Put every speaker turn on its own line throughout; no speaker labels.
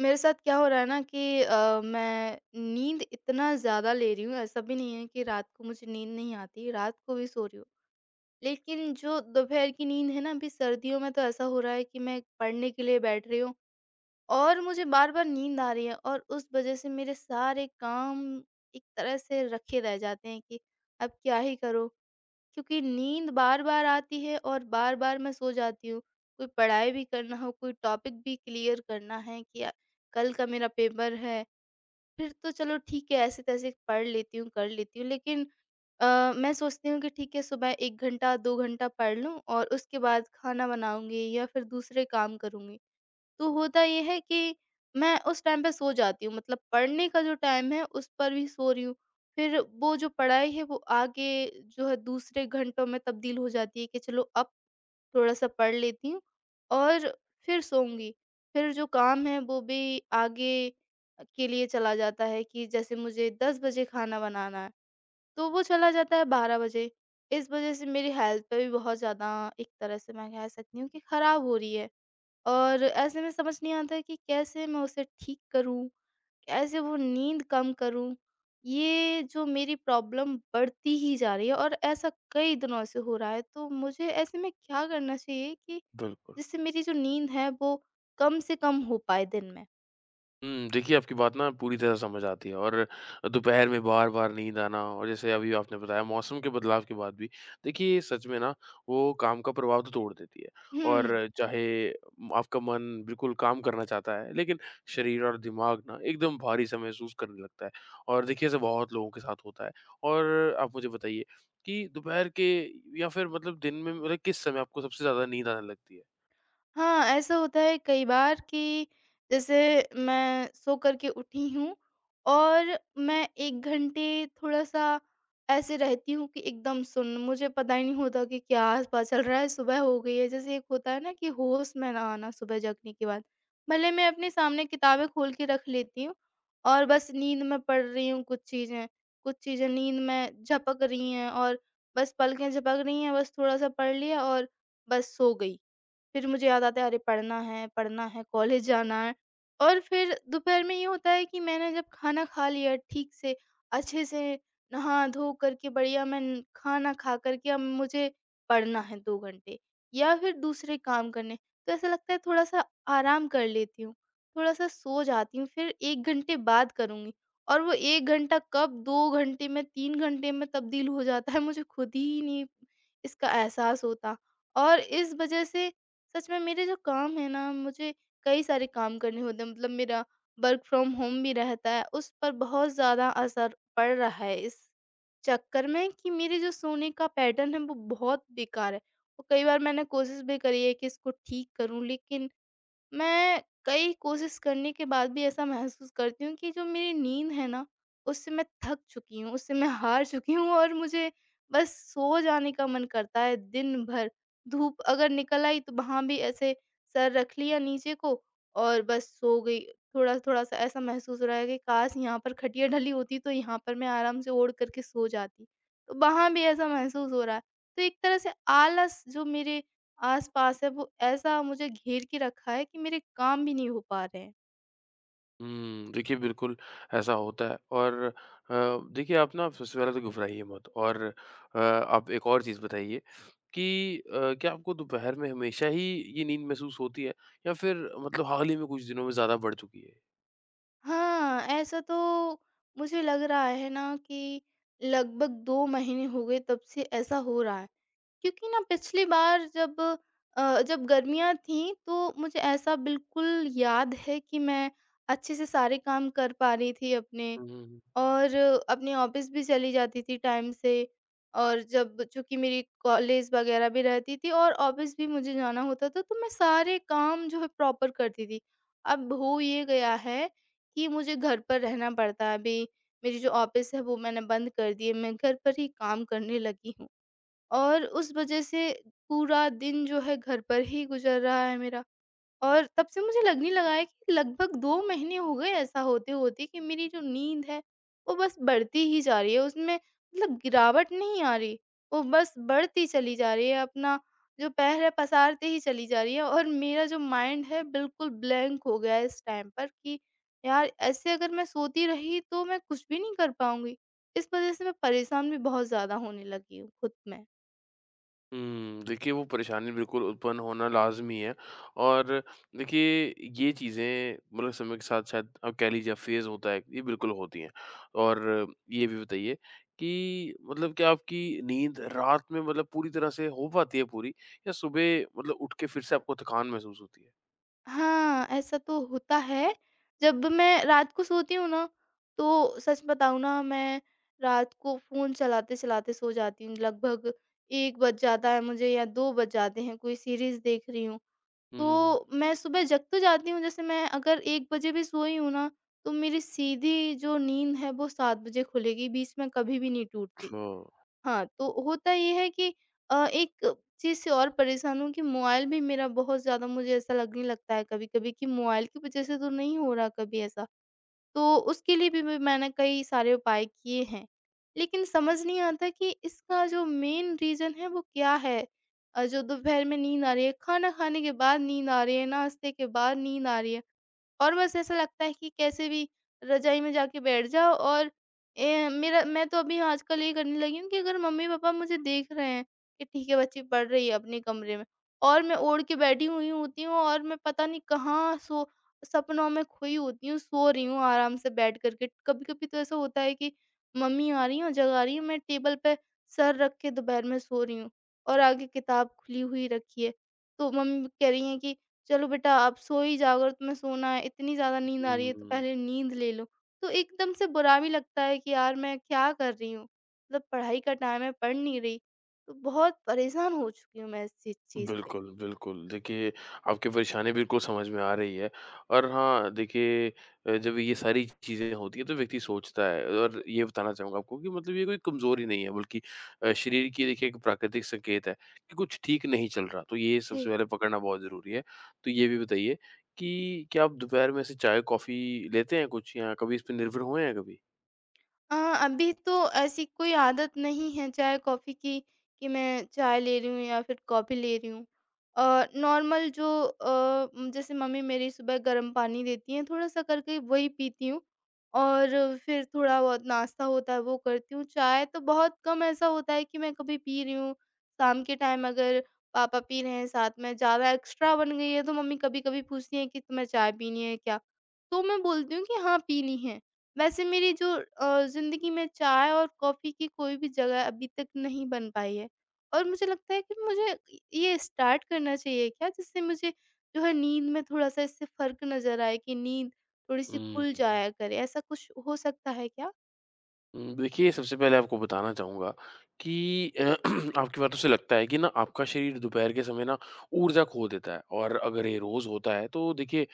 मेरे साथ क्या हो रहा है ना कि मैं नींद इतना ज़्यादा ले रही हूँ, ऐसा भी नहीं है कि रात को मुझे नींद नहीं आती, रात को भी सो रही हूँ। लेकिन जो दोपहर की नींद है ना, अभी सर्दियों में तो ऐसा हो रहा है कि मैं पढ़ने के लिए बैठ रही हूँ और मुझे बार-बार नींद आ रही है और उस वजह से मेरे सारे काम एक तरह से रखे रह जाते हैं कि अब क्या ही करो। क्योंकि नींद बार-बार आती है और बार-बार मैं सो जाती हूँ। कोई पढ़ाई भी करना हो, कोई टॉपिक भी क्लियर करना है कि कल का मेरा पेपर है, फिर तो चलो ठीक है ऐसे-तैसे पढ़ लेती हूँ, कर लेती हूँ। लेकिन मैं सोचती हूँ कि ठीक है सुबह 1 घंटा, 2 घंटा पढ़ लूँ और उसके बाद खाना बनाऊँगी या फिर दूसरे काम करूँगी। तो होता ये है कि मैं उस टाइम पे सो जाती हूँ, मतलब पढ़ने का जो टाइम है उस पर भी सो रही हूँ। फिर वो जो पढ़ाई है वो आगे जो है दूसरे घंटों में तब्दील हो जाती है कि चलो अब थोड़ा-सा पढ़ लेती हूँ और फिर सोऊँगी। फिर जो काम है वो भी आगे के लिए चला जाता है कि जैसे मुझे 10 बजे खाना बनाना है, तो वो चला जाता है 12 बजे। इस वज़ह से मेरी हेल्थ पे भी बहुत ज़्यादा, एक तरह से मैं कह सकती हूँ कि खराब हो रही है। और ऐसे में समझ नहीं आता कि कैसे मैं उसे ठीक करूँ? कैसे वो नींद कम करूँ? ये जो मेरी प्रॉब्लम बढ़ती ही जा रही है और ऐसा कई दिनों से हो रहा है, तो मुझे ऐसे में क्या करना चाहिए कि
बिल्कुल।
जिससे मेरी जो नींद है वो कम से कम हो पाए दिन में?
देखिए आपकी बात ना पूरी तरह समझ आती है और दोपहर में बार-बार नींद आना और जैसे अभी आपने बताया मौसम के बदलाव के बाद भी देखिए ये सच में ना वो काम का प्रभाव तो तोड़ देती है और
हम्म।
चाहे आपका मन बिल्कुल काम करना चाहता है, लेकिन शरीर और दिमाग ना एकदम भारी सा महसूस करने लगता है और देखिए ऐसा बहुत लोगों के साथ होता है। और आप मुझे बताइए कि दोपहर के या फिर मतलब दिन में मतलब किस समय आपको सबसे ज़्यादा नींद आने लगती है?
हाँ, ऐसा होता है कई बार कि जैसे मैं सो कर के उठी हूँ और मैं 1 घंटे थोड़ा-सा ऐसे रहती हूँ कि एकदम सुन्न, मुझे पता ही नहीं होता कि क्या आस-पास चल रहा है, सुबह हो गई है। जैसे एक होता है ना कि होश में ना आना सुबह जगने के बाद। भले मैं अपने सामने किताबें खोल के रख लेती हूँ और बस नींद में पढ़ रही हूँ कुछ चीज़ें नींद में झपक रही हैं, और बस पलकें झपक रही हैं, बस थोड़ा-सा पढ़ लिया और बस सो गई। फिर मुझे याद आता है अरे पढ़ना है, कॉलेज जाना है। और फिर दोपहर में ये होता है कि मैंने जब खाना खा लिया ठीक से, अच्छे से, नहा-धो करके बढ़िया मैं न खाना खा कर के अब मुझे पढ़ना है 2 घंटे या फिर दूसरे काम करने। तो ऐसा लगता है थोड़ा-सा आराम कर लेती हूँ, थोड़ा-सा सो जाती हूँ, फिर 1 घंटे बाद करूँगी। और वो 1 घंटा कब 2 घंटे में, 3 घंटे में तब्दील हो जाता है मुझे खुद ही नहीं इसका एहसास होता। और इस वजह से सच में मेरे जो काम है ना, मुझे कई सारे काम करने होते हैं, मतलब मेरा वर्क फ्रॉम होम भी रहता है, उस पर बहुत ज़्यादा असर पड़ रहा है इस चक्कर में कि मेरे जो सोने का पैटर्न है वो बहुत बेकार है। और कई बार मैंने कोशिश भी करी है कि इसको ठीक करूँ, लेकिन मैं कई कोशिश करने के बाद भी ऐसा महसूस करती हूँ कि जो मेरी नींद है ना, उससे मैं थक चुकी हूँ, उससे मैं हार चुकी हूँ, और मुझे बस सो जाने का मन करता है दिन भर। धूप अगर निकल आई तो वहाँ भी ऐसे सर रख लिया नीचे को और बस सो गई। थोड़ा-थोड़ा सा ऐसा महसूस हो रहा है कि काश यहाँ पर खटिया डली होती तो यहाँ पर मैं आराम से ओढ़ कर के सो जाती। तो वहाँ भी ऐसा महसूस हो रहा है। तो एक तरह से आलस जो मेरे आस-पास है वो ऐसा मुझे घेर के रखा है कि मेरे काम भी नहीं हो पा रहे हैं।
देखिए बिल्कुल ऐसा होता है और देखिए आप ना सबसे पहले तो घबराइए मत और आप एक और चीज़ बताइए कि क्या आपको दोपहर में हमेशा ही ये नींद महसूस होती है या फिर मतलब हाल ही में कुछ दिनों में ज़्यादा बढ़ चुकी है?
हाँ, ऐसा तो मुझे लग रहा है ना कि लगभग 2 महीने हो गए तब से ऐसा हो रहा है। क्योंकि ना पिछली बार जब जब गर्मियाँ थीं तो मुझे ऐसा बिल्कुल याद है कि मैं अच्छे से सारे काम कर पा रही थी अपने।
हुँ, हुँ, हुँ।
और अपने ऑफिस भी चली जाती थी टाइम से, और जब चूँकि मेरी कॉलेज वगैरह भी रहती थी और ऑफिस भी मुझे जाना होता था, तो मैं सारे काम जो है प्रॉपर करती थी। अब हो ये गया है कि मुझे घर पर रहना पड़ता है अभी, मेरी जो ऑफिस है वो मैंने बंद कर दी है, मैं घर पर ही काम करने लगी हूँ। और उस वज़ह से पूरा दिन जो है घर पर ही गुज़र रहा है मेरा। और तब से मुझे लगने लगा है कि लगभग 2 महीने हो गए ऐसा होते-होते कि मेरी जो नींद है, वो बस बढ़ती ही जा रही है। उसमें मतलब गिरावट नहीं आ रही, वो बस बढ़ती चली जा रही है, अपना जो पैर है पसारते ही चली जा रही है, और मेरा जो माइंड है बिल्कुल ब्लैंक हो गया है इस टाइम पर कि यार ऐसे अगर मैं सोती रही तो मैं कुछ भी नहीं कर पाऊँगी। इस वज़ह से मैं परेशान भी बहुत ज़्यादा होने लगी हूँ खुद में।
देखिए वो परेशानी बिल्कुल उत्पन्न होना लाज़मी है और देखिए ये चीज़ें मतलब समय के साथ शायद आप कह लीजिए फ़ेज़ होता है, ये बिल्कुल होती हैं। और ये भी बताइए कि मतलब क्या आपकी नींद रात में मतलब पूरी तरह से हो पाती है पूरी या सुबह मतलब उठ के फिर से आपको थकान महसूस होती है?
हाँ, ऐसा तो होता है। जब मैं रात को सोती हूँ ना, तो सच बताऊँ ना मैं रात को फ़ोन चलाते-चलाते सो जाती हूँ। लगभग 1 बज जाता है मुझे या 2 बज जाते हैं, कोई सीरीज़ देख रही हूँ।
हुँ, हुँ, हुँ।
तो मैं सुबह जग तो जाती हूँ, जैसे मैं अगर 1 बजे भी सोई हूँ ना, तो मेरी सीधी जो नींद है वो 7 बजे खुलेगी, बीच में कभी भी नहीं टूटती।
अच्छा।
हाँ, तो होता ये है कि एक चीज़ से और परेशान हूँ कि मोबाइल भी मेरा बहुत ज़्यादा, मुझे ऐसा लगने लगता है कभी-कभी कि मोबाइल की वज़ह से तो नहीं हो रहा कभी ऐसा। तो उसके लिए भी मैंने कई सारे उपाय किए हैं, लेकिन समझ नहीं आता कि इसका जो मेन रीज़न है वो क्या है? जो दोपहर में नींद आ रही है, खाना खाने के बाद नींद आ रही है, नाश्ते के बाद नींद आ रही है। और बस ऐसा लगता है कि कैसे भी रज़ाई में जाके बैठ जाओ, और मेरा मैं तो अभी आजकल ये करने लगी हूँ कि अगर मम्मी-पापा मुझे देख रहे हैं कि ठीक है बच्ची पढ़ रही है अपने कमरे में, और मैं ओढ़ के बैठी हुई होती हूँ, और मैं पता नहीं कहाँ सपनों में खोई होती हूँ, सो रही हूँ आराम से बैठ करके। कभी-कभी तो ऐसा होता है कि मम्मी आ रही हैं और जगा रही हैं, मैं टेबल पे सर रख के दोपहर में सो रही हूँ और आगे किताब खुली हुई रखी है। तो मम्मी कह रही हैं कि चलो बेटा आप सो ही जाओ, अगर तुम्हें सोना है इतनी ज़्यादा नींद आ रही
हुँ,
है तो
हुँ।
पहले नींद ले लो। तो एकदम से बुरा भी लगता है कि यार मैं क्या कर रही हूँ? मतलब पढ़ाई का टाइम है पढ़ नहीं रही। तो बहुत परेशान हो चुकी हूँ मैं इस चीज़ चीज़ से।
बिल्कुल, बिल्कुल। देखिए, आपकी परेशानी बिल्कुल समझ में आ रही है और हाँ, देखिए जब ये सारी चीज़ें होती हैं तो व्यक्ति सोचता है और ये बताना चाहूँगा आपको कि मतलब ये कोई कमज़ोरी नहीं है बल्कि शरीर की देखिए एक प्राकृतिक संकेत है कि कुछ ठीक नहीं चल रहा, तो ये सबसे
जी।
पहले पकड़ना बहुत ज़रूरी है। तो ये भी बताइए कि क्या आप दोपहर में ऐसे चाय-कॉफ़ी लेते हैं कुछ या कभी इस पे निर्भर हुए हैं कभी?
अ, अभी तो ऐसी कोई आदत नहीं है चाय कॉफ़ी की कि मैं चाय ले रही हूँ या फिर कॉफ़ी ले रही हूँ। नॉर्मल जो अ, म जैसे मम्मी मेरी सुबह गर्म पानी देती हैं, थोड़ा-सा करके वही पीती हूँ और फिर थोड़ा बहुत नाश्ता होता है वो करती हूँ। चाय तो बहुत कम ऐसा होता है कि मैं कभी पी रही हूँ। शाम के टाइम अगर पापा पी रहे हैं साथ में, ज़्यादा एक्स्ट्रा बन गई है तो मम्मी कभी-कभी पूछती हैं कि तुम्हें चाय पीनी है क्या? तो मैं बोलती हूँ कि हाँ, पीनी है। वैसे मेरी जो ज़िंदगी में चाय और कॉफ़ी की कोई भी जगह अभी तक नहीं बन पाई है, और मुझे लगता है कि मुझे ये स्टार्ट करना चाहिए क्या? जिससे मुझे जो है नींद में थोड़ा-सा इससे फ़र्क नज़र आए, कि नींद थोड़ी-सी खुल
हुँ।
जाया करे, ऐसा कुछ हो सकता है क्या?
देखिए, सबसे पहले आपको बताना चाहूँगा कि आपकी बातों से लगता है कि ना आपका शरीर दोपहर के समय ना ऊर्जा खो देता है और अगर ये रोज़ होता है तो देखिए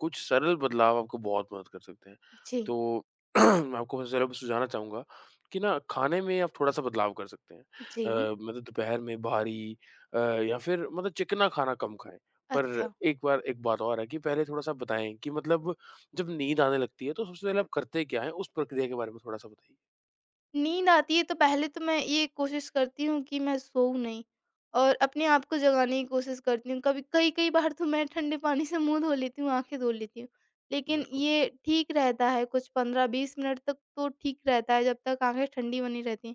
कुछ सरल बदलाव आपको बहुत मदद कर सकते हैं।
जी।
तो मैं आपको सबसे पहले सुझाना चाहूँगा कि ना खाने में आप थोड़ा-सा बदलाव कर सकते हैं।
जी।
मतलब दोपहर में भारी या फिर मतलब चिकना खाना कम खाएँ। पर
अच्छा।
एक बार एक बात और है कि पहले थोड़ा-सा बताएँ कि मतलब जब नींद आने लगती है तो सबसे पहले आप करते क्या हैं? उस प्रक्रिया के बारे में थोड़ा-सा बताइए?
नींद आती है तो पहले तो मैं ये कोशिश करती हूँ कि मैं सोऊँ नहीं, और अपने आप को जगाने की कोशिश करती हूँ। कभी कई कई बार तो मैं ठंडे पानी से मुँह धो लेती हूँ, आँखें धो लेती हूँ। लेकिन
बिल्कुल,
ये ठीक रहता है कुछ 15-20 मिनट तक तो ठीक रहता है, जब तक आँखें ठंडी बनी रहती हैं।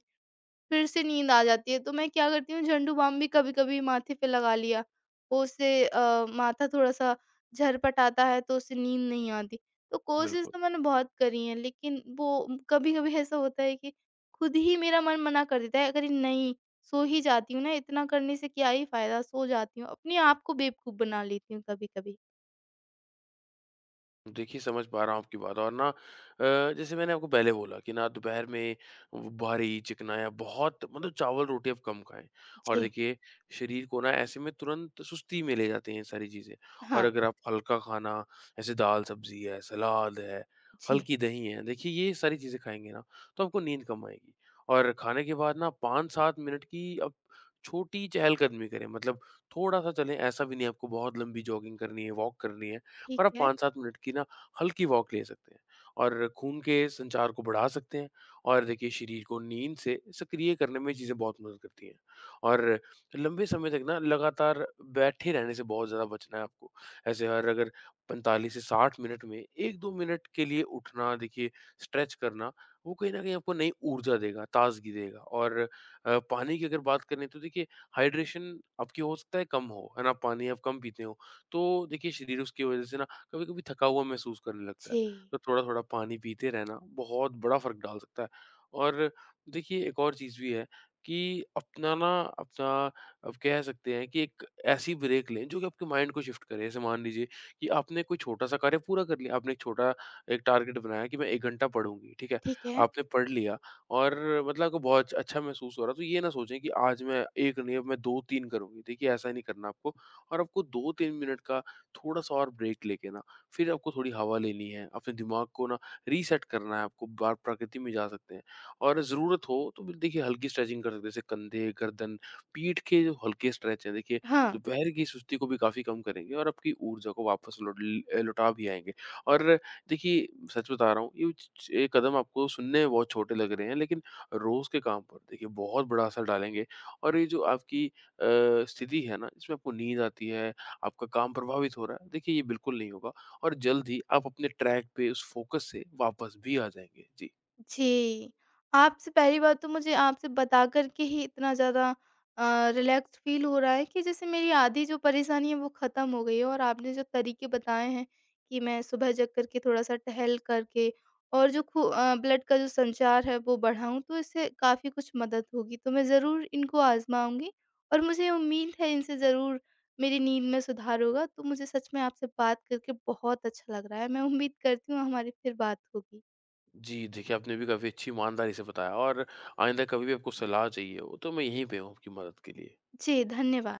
फिर से नींद आ जाती है। तो मैं क्या करती हूँ झंडू बाम भी कभी-कभी माथे पे लगा लिया, वो उससे माथा थोड़ा-सा झरपटाता है तो उससे नींद नहीं आती। तो कोशिश
बिल्कुल।
तो मैंने बहुत करी है, लेकिन वो कभी-कभी ऐसा होता है कि खुद ही मेरा मन मना कर देता है, अरे नहीं, सो ही जाती हूँ ना, इतना करने से क्या ही फ़ायदा, सो जाती हूँ। अपने आप को बेवकूफ़ बना लेती हूँ कभी-कभी।
देखिए, समझ पा रहा हूँ आपकी बात और ना जैसे मैंने आपको पहले बोला कि ना दोपहर में वो भारी, चिकना या बहुत मतलब चावल-रोटी आप कम खाएँ। और
जी,
देखिए, शरीर को ना ऐसे में तुरंत सुस्ती में ले जाती हैं ये सारी चीज़ें। और
हाँ,
अगर आप हल्का खाना, जैसे दाल-सब्ज़ी है, सलाद है,
जी,
हल्की दही है, देखिए ये सारी चीज़ें खाएँगे ना, तो आपको नींद कम आएगी। और खाने के बाद ना 5-7 मिनट की आप छोटी चहलकदमी करें, मतलब थोड़ा-सा चलें, ऐसा भी नहीं आपको बहुत लंबी जॉगिंग करनी है, वॉक करनी है। और
ठीक
आप
है।
5-7 मिनट की ना हल्की वॉक ले सकते हैं और खून के संचार को बढ़ा सकते हैं और देखिए शरीर को नींद से सक्रिय करने में चीज़ें बहुत मदद करती हैं और लंबे समय तक ना लगातार बैठे रहने से बहुत ज़्यादा बचना है आपको। ऐसे हर अगर 45 से 60 मिनट में 1-2 मिनट के लिए उठना देखिए स्ट्रेच करना, वो कहीं न कहीं आपको नई ऊर्जा देगा, ताज़गी देगा और पानी की अगर बात करें तो देखिए हाइड्रेशन आपकी हो सकता है कम हो, है ना? पानी आप कम पीते हो, तो देखिए शरीर उसकी वज़ह से ना कभी-कभी थका हुआ महसूस करने लगता है,
जी,
तो थोड़ा-थोड़ा पानी पीते रहना बहुत बड़ा फ़र्क डाल सकता है। और देखिए एक और चीज़ भी है कि अपना ना अपना अब कह सकते हैं कि एक ऐसी ब्रेक लें जो कि आपके माइंड को शिफ्ट करे। जैसे मान लीजिए कि आपने कोई छोटा-सा कार्य पूरा कर लिया, आपने एक छोटा एक टारगेट बनाया कि मैं 1 घंटा पढ़ूँगी, ठीक है?
ठीक है।
आपने पढ़ लिया और मतलब आपको बहुत अच्छा महसूस हो रहा है, तो ये ना सोचें कि आज मैं 1 नहीं, अब मैं 2-3 करूँगी। देखिए ऐसा नहीं करना आपको और आपको 2-3 मिनट का थोड़ा-सा और ब्रेक लेके ना फिर आपको थोड़ी हवा लेनी है, अपने दिमाग को ना रीसेट करना है आपको, बाहर प्रकृति में जा सकते हैं। और ज़रूरत हो तो बिल देखिए हल्की स्ट्रेचिंग कर सकते हैं, जैसे कंधे, गर्दन, पीठ के जो हल्के स्ट्रेच हैं देखिए,
हाँ।
दोपहर की सुस्ती को भी काफ़ी कम करेंगे और आपकी ऊर्जा को वापस लौटा भी आएँगे। और देखिए, सच बता रहा हूँ ये च च ये कदम आपको सुनने में बहुत छोटे लग रहे हैं, लेकिन रोज़ के काम पर देखिए बहुत बड़ा असर डालेंगे। और ये जो आपकी स्थिति है ना, इसमें आपको नींद आती है, आपका काम प्रभावित हो रहा है, देखिए ये बिल्कुल नहीं होगा। और जल्द ही आप अपने ट्रैक पे उस फोकस से वापस भी आ जाएँगे। जी।
जी। आपसे पहली बात तो मुझे आपसे बता कर के ही इतना ज़्यादा अ, रिलैक्स फ़ील हो रहा है कि जैसे मेरी आधी जो परेशानी है वो ख़त्म हो गई है, और आपने जो तरीके बताए हैं कि मैं सुबह जग कर के थोड़ा-सा टहल करके और जो ब्लड का जो संचार है वो बढ़ाऊँ तो इससे काफ़ी कुछ मदद होगी। तो मैं ज़रूर इनको आज़माऊँगी, और मुझे उम्मीद है इनसे ज़रूर मेरी नींद में सुधार होगा। तो मुझे सच में आपसे बात करके बहुत अच्छा लग रहा है। मैं उम्मीद करती हूँ हमारी फिर बात होगी।
जी, देखिए आपने भी काफ़ी अच्छी ईमानदारी से बताया और आइंदा कभी भी आपको सलाह चाहिए हो तो मैं यहीं पे हूँ आपकी मदद के लिए।
जी, धन्यवाद।